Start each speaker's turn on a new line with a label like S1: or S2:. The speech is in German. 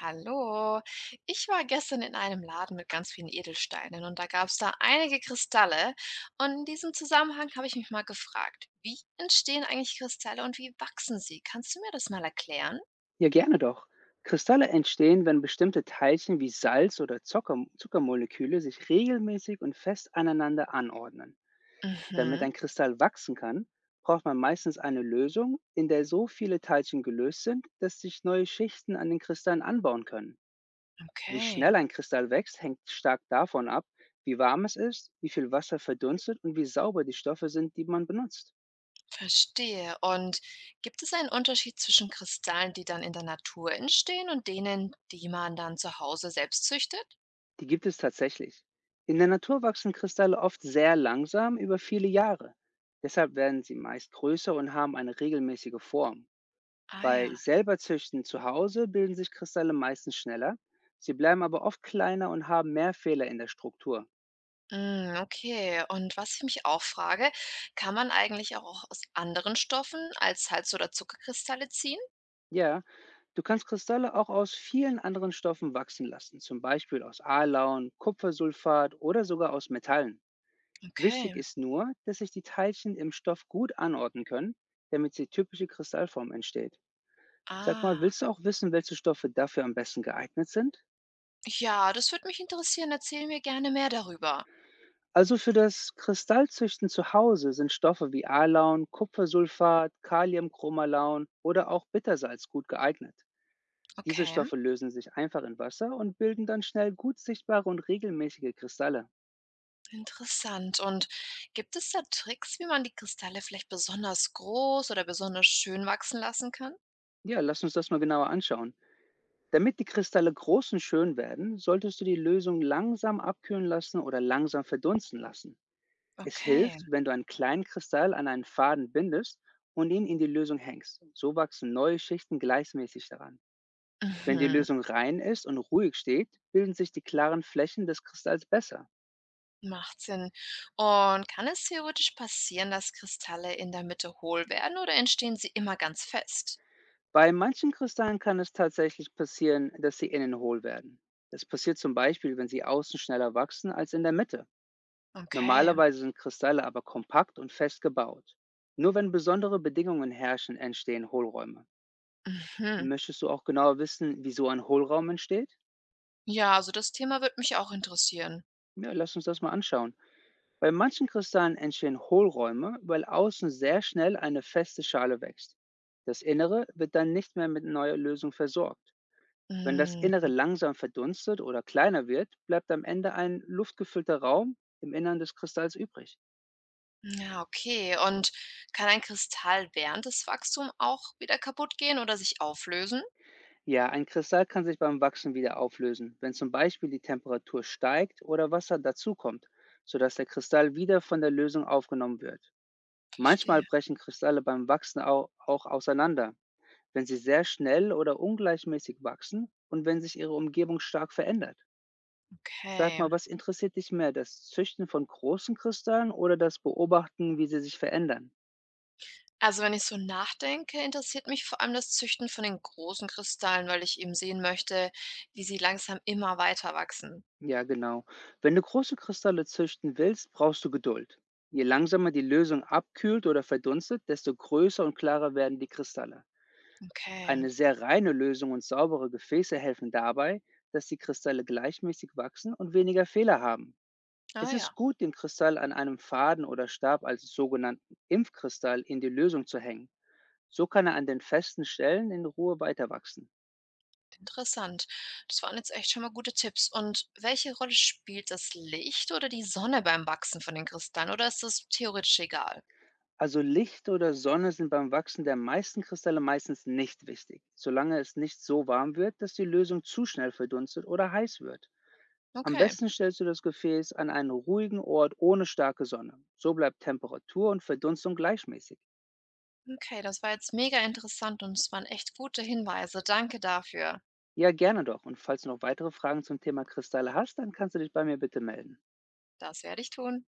S1: Hallo, ich war gestern in einem Laden mit ganz vielen Edelsteinen und da gab es da einige Kristalle. Und in diesem Zusammenhang habe ich mich mal gefragt, wie entstehen eigentlich Kristalle und wie wachsen sie? Kannst du mir das mal erklären?
S2: Ja, gerne doch. Kristalle entstehen, wenn bestimmte Teilchen wie Salz oder Zucker, Zuckermoleküle sich regelmäßig und fest aneinander anordnen. Damit
S1: Mhm,
S2: ein Kristall wachsen kann, braucht man meistens eine Lösung, in der so viele Teilchen gelöst sind, dass sich neue Schichten an den Kristallen anbauen können. Wie
S1: okay,
S2: schnell ein Kristall wächst, hängt stark davon ab, wie warm es ist, wie viel Wasser verdunstet und wie sauber die Stoffe sind, die man benutzt.
S1: verstehe. Und gibt es einen Unterschied zwischen Kristallen, die dann in der Natur entstehen und denen, die man dann zu Hause selbst züchtet?
S2: Die gibt es tatsächlich. In der Natur wachsen Kristalle oft sehr langsam über viele Jahre. Deshalb werden sie meist größer und haben eine regelmäßige Form.
S1: Ah ja.
S2: Bei selber Züchten zu Hause bilden sich Kristalle meistens schneller. Sie bleiben aber oft kleiner und haben mehr Fehler in der Struktur.
S1: Mm, okay. Und was ich mich auch frage, kann man eigentlich auch aus anderen Stoffen als Salz- oder Zuckerkristalle ziehen?
S2: Ja, du kannst Kristalle auch aus vielen anderen Stoffen wachsen lassen, zum Beispiel aus Alaun, Kupfersulfat oder sogar aus Metallen.
S1: Okay.
S2: Wichtig ist nur, dass sich die Teilchen im Stoff gut anordnen können, damit die typische Kristallform entsteht. Sag mal,
S1: Ah.
S2: willst du auch wissen, welche Stoffe dafür am besten geeignet sind?
S1: Ja, das würde mich interessieren. Erzähl mir gerne mehr darüber.
S2: Also für das Kristallzüchten zu Hause sind Stoffe wie Alaun, Kupfersulfat, Kaliumchromalaun oder auch Bittersalz gut geeignet. Diese
S1: Okay,
S2: Stoffe lösen sich einfach in Wasser und bilden dann schnell gut sichtbare und regelmäßige Kristalle.
S1: interessant. Und gibt es da Tricks, wie man die Kristalle vielleicht besonders groß oder besonders schön wachsen lassen kann?
S2: Ja, lass uns das mal genauer anschauen. Damit die Kristalle groß und schön werden, solltest du die Lösung langsam abkühlen lassen oder langsam verdunsten lassen. Es
S1: Okay,
S2: hilft, wenn du einen kleinen Kristall an einen Faden bindest und ihn in die Lösung hängst. So wachsen neue Schichten gleichmäßig daran. Wenn die
S1: mhm.
S2: Lösung rein ist und ruhig steht, bilden sich die klaren Flächen des Kristalls besser.
S1: Macht Sinn. Und kann es theoretisch passieren, dass Kristalle in der Mitte hohl werden oder entstehen sie immer ganz fest?
S2: Bei manchen Kristallen kann es tatsächlich passieren, dass sie innen hohl werden. Das passiert zum Beispiel, wenn sie außen schneller wachsen als in der Mitte.
S1: Okay.
S2: Normalerweise sind Kristalle aber kompakt und fest gebaut. Nur wenn besondere Bedingungen herrschen, entstehen Hohlräume.
S1: Mhm.
S2: Möchtest du auch genauer wissen, wieso ein Hohlraum entsteht?
S1: Ja, also das Thema würde mich auch interessieren.
S2: Ja, lass uns das mal anschauen. Bei manchen Kristallen entstehen Hohlräume, weil außen sehr schnell eine feste Schale wächst. Das Innere wird dann nicht mehr mit neuer Lösung versorgt. Wenn das Innere
S1: Hm,
S2: langsam verdunstet oder kleiner wird, bleibt am Ende ein luftgefüllter Raum im Innern des Kristalls übrig.
S1: ja, okay. Und kann ein Kristall während des Wachstums auch wieder kaputt gehen oder sich auflösen?
S2: Ja, ein Kristall kann sich beim Wachsen wieder auflösen, wenn zum Beispiel die Temperatur steigt oder Wasser dazukommt, sodass der Kristall wieder von der Lösung aufgenommen wird. Manchmal
S1: Verstehe.
S2: brechen Kristalle beim Wachsen auch auseinander, wenn sie sehr schnell oder ungleichmäßig wachsen und wenn sich ihre Umgebung stark verändert. Sag
S1: Okay.
S2: mal, was interessiert dich mehr, das Züchten von großen Kristallen oder das Beobachten, wie sie sich verändern?
S1: Also wenn ich so nachdenke, interessiert mich vor allem das Züchten von den großen Kristallen, weil ich eben sehen möchte, wie sie langsam immer weiter wachsen.
S2: Ja, genau. Wenn du große Kristalle züchten willst, brauchst du Geduld. Je langsamer die Lösung abkühlt oder verdunstet, desto größer und klarer werden die Kristalle.
S1: Okay.
S2: Eine sehr reine Lösung und saubere Gefäße helfen dabei, dass die Kristalle gleichmäßig wachsen und weniger Fehler haben. Es
S1: Ah
S2: ist
S1: ja,
S2: gut, den Kristall an einem Faden oder Stab als sogenannten Impfkristall in die Lösung zu hängen. So kann er an den festen Stellen in Ruhe weiterwachsen.
S1: interessant. Das waren jetzt echt schon mal gute Tipps. Und welche Rolle spielt das Licht oder die Sonne beim Wachsen von den Kristallen? Oder ist das theoretisch egal?
S2: Also Licht oder Sonne sind beim Wachsen der meisten Kristalle meistens nicht wichtig, solange es nicht so warm wird, dass die Lösung zu schnell verdunstet oder heiß wird. Am
S1: Okay,
S2: besten stellst du das Gefäß an einen ruhigen Ort ohne starke Sonne. So bleibt Temperatur und Verdunstung gleichmäßig.
S1: okay, das war jetzt mega interessant und es waren echt gute Hinweise. Danke dafür.
S2: Ja, gerne doch. Und falls du noch weitere Fragen zum Thema Kristalle hast, dann kannst du dich bei mir bitte melden.
S1: Das werde ich tun.